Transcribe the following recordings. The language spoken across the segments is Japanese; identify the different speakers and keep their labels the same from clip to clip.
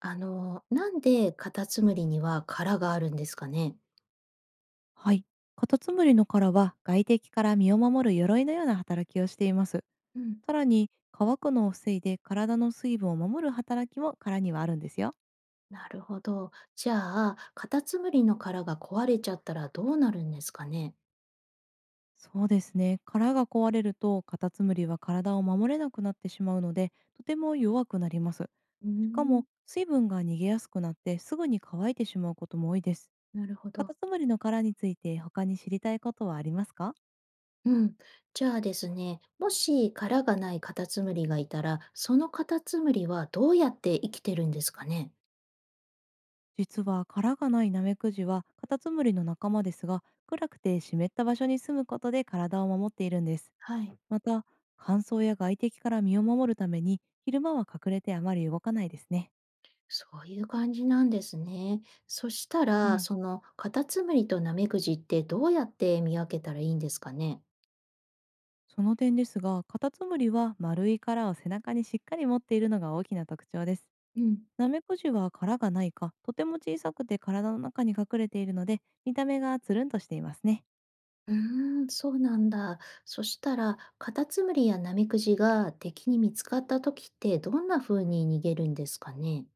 Speaker 1: なんでカタツムリには殻があるんですかね？
Speaker 2: はい。カタツムリの殻は外敵から身を守る鎧のような働きをしています。
Speaker 1: うん、
Speaker 2: さらに乾くのを防いで体の水分を守る働きも殻にはあるんですよ。
Speaker 1: なるほど。じゃあ、カタツムリの殻が壊れちゃったらどうなるんですかね？
Speaker 2: そうですね。殻が壊れるとカタツムリは体を守れなくなってしまうので、とても弱くなります。
Speaker 1: うー
Speaker 2: しか
Speaker 1: ん、
Speaker 2: も水分が逃げやすくなってすぐに乾いてしまうことも多いです。
Speaker 1: なるほ
Speaker 2: カ
Speaker 1: ど。
Speaker 2: タツムリの殻について他に知りたいことはありますか？
Speaker 1: うん。じゃあですね、もし殻がないカタツムリがいたら、そのカタツムリはどうやって生きてるんですかね？
Speaker 2: 実は殻がないナメクジはカタツムリの仲間ですが、暗くて湿った場所に住むことで体を守っているんです。
Speaker 1: はい。
Speaker 2: また、乾燥や外敵から身を守るために昼間は隠れてあまり動かないですね。
Speaker 1: そういう感じなんですね。そした
Speaker 2: う
Speaker 1: ら、
Speaker 2: ん。
Speaker 1: そのカタツムリとナメクジってどうやって見分けたらいいんですかね？
Speaker 2: その点ですが、カタツムリは丸い殻を背中にしっかり持っているのが大きな特徴です。
Speaker 1: うん。
Speaker 2: ナメクジは殻がないかとても小さくて体の中に隠れているので、見た目がつるんとしていますね。
Speaker 1: うーん、そうなんだ。そしたら、カタツムリやナメクジが敵に見つかった時ってどんな風に逃げるんですかね？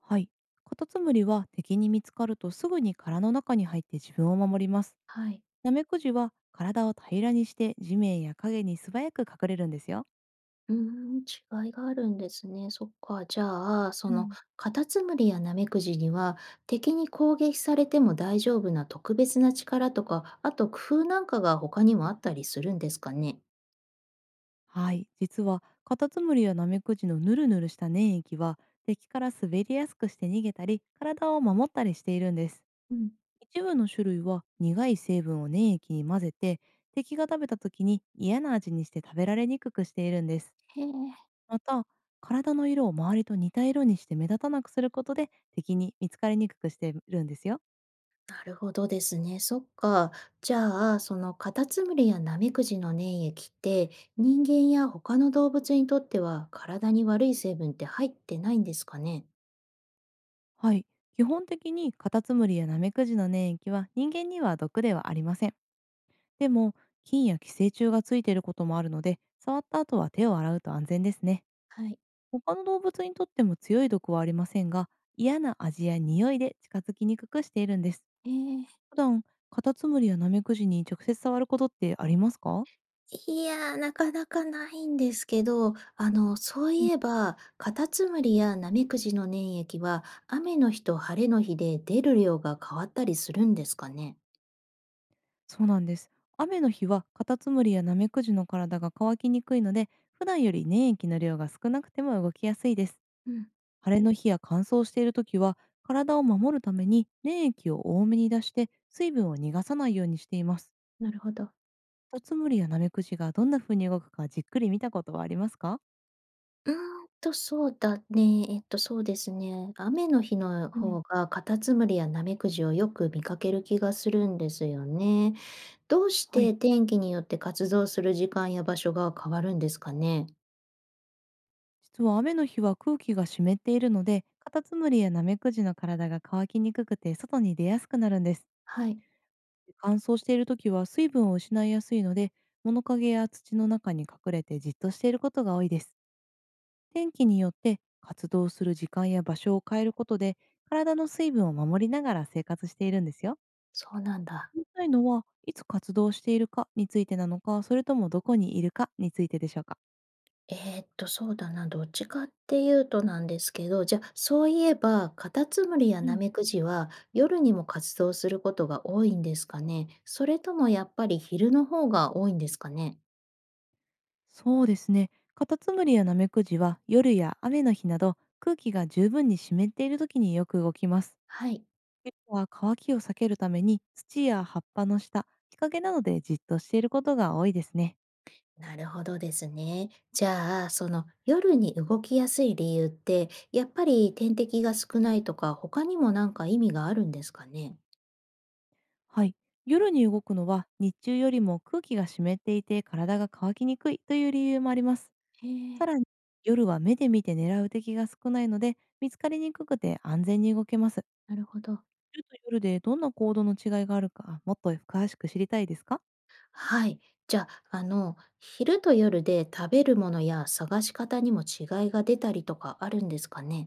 Speaker 2: はい。カタツムリは敵に見つかるとすぐに殻の中に入って自分を守ります。
Speaker 1: はい。
Speaker 2: ナメクジは体を平らにして地面や影に素早く隠れるんですよ。
Speaker 1: うーん、違いがあるんですね。そっか。じゃあ、そ
Speaker 2: う
Speaker 1: の
Speaker 2: ん。
Speaker 1: カタツムリやナメクジには、敵に攻撃されても大丈夫な特別な力とか、あと工夫なんかが他にもあったりするんですかね？
Speaker 2: はい。実はカタツムリやナメクジのヌルヌルした粘液は、敵から滑りやすくして逃げたり体を守ったりしているんです。
Speaker 1: うん。
Speaker 2: 一部の種類は苦い成分を粘液に混ぜて、敵が食べた時に嫌な味にして食べられにくくしているんです。
Speaker 1: へえ。
Speaker 2: また、体の色を周りと似た色にして目立たなくすることで、敵に見つかりにくくしているんですよ。
Speaker 1: なるほどですね。そっか。じゃあ、そのカタツムリやナメクジの粘液って、人間や他の動物にとっては体に悪い成分って入ってないんですかね。
Speaker 2: はい。基本的にカタツムリやナメクジの粘液は人間には毒ではありません。でも、菌や寄生虫がついていることもあるので、触った後は手を洗うと安全ですね。
Speaker 1: はい。
Speaker 2: 他の動物にとっても強い毒はありませんが、嫌な味や匂いで近づきにくくしているんです。
Speaker 1: えー、
Speaker 2: 普段、カタツムリやナメクジに直接触ることってありますか？
Speaker 1: いやー、なかなかないんですけど、そういえば、カタツムリやナメクジの粘液は、雨の日と晴れの日で出る量が変わったりするんですかね。
Speaker 2: そうなんです。雨の日はカタツムリやナメクジの体が乾きにくいので、普段より粘液の量が少なくても動きやすいです。
Speaker 1: うん、
Speaker 2: 晴れの日や乾燥している時は、体を守るために粘液を多めに出して、水分を逃がさないようにしています。
Speaker 1: なるほど。
Speaker 2: カタツムリやナメクジがどんな風に動くかじっくり見たことはありますか？
Speaker 1: うーんと、そうだね。そうですね。雨の日の
Speaker 2: うん、
Speaker 1: 方が、カタツムリやナメクジをよく見かける気がするんですよね。どうし
Speaker 2: は
Speaker 1: て
Speaker 2: い。
Speaker 1: 天気によって活動する時間や場所が変わるんですかね？
Speaker 2: 実は雨の日は空気が湿っているので、カタツムリやナメクジの体が乾きにくくて外に出やすくなるんです。
Speaker 1: はい、
Speaker 2: 乾燥しているときは水分を失いやすいので、物陰や土の中に隠れてじっとしていることが多いです。天気によって活動する時間や場所を変えることで、体の水分を守りながら生活しているんですよ。
Speaker 1: そうなんだ。
Speaker 2: 言いたいのは、いつ活動しているかについてなのか、それともどこにいるかについてでしょうか。
Speaker 1: えそうだな、どっちかっていうとなんですけど、じゃあ、そういえば、カタツムリや
Speaker 2: う
Speaker 1: ナ
Speaker 2: ん。
Speaker 1: メクジは、夜にも活動することが多いんですかね？それともやっぱり昼の方が多いんですかね？
Speaker 2: そうですね。カタツムリやナメクジは夜や雨の日など、空気が十分に湿っている時によく動きます。
Speaker 1: はい。
Speaker 2: 冬は乾きを避けるために土や葉っぱの下、日陰などでじっとしていることが多いですね。
Speaker 1: なるほどですね。じゃあ、その夜に動きやすい理由って、やっぱり天敵が少ないとか、他にもなんか意味があるんですかね。
Speaker 2: はい。夜に動くのは、日中よりも空気が湿っていて体が乾きにくいという理由もあります。
Speaker 1: へえ、
Speaker 2: さらに夜は目で見て狙う敵が少ないので、見つかりにくくて安全に動けます。
Speaker 1: なるほど。
Speaker 2: 昼と夜でどんな行動の違いがあるか、もっと詳しく知りたいですか？
Speaker 1: はい。じゃあ、昼と夜で食べるものや探し方にも違いが出たりとかあるんですかね。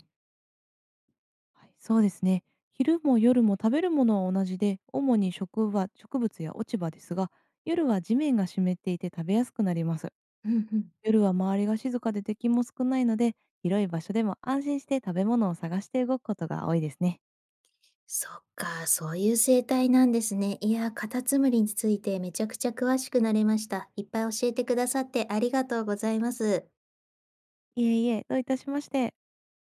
Speaker 2: はい、そうですね。昼も夜も食べるものは同じで、主に植物や落ち葉ですが、夜は地面が湿っていて食べやすくなります。
Speaker 1: うんうん。
Speaker 2: 夜は周りが静かで敵も少ないので、広い場所でも安心して食べ物を探して動くことが多いですね。
Speaker 1: そっか、そういう生態なんですね。いや、カタツムリについてめちゃくちゃ詳しくなれました。いっぱい教えてくださってありがとうございます。
Speaker 2: いえいえ、どういたしまして。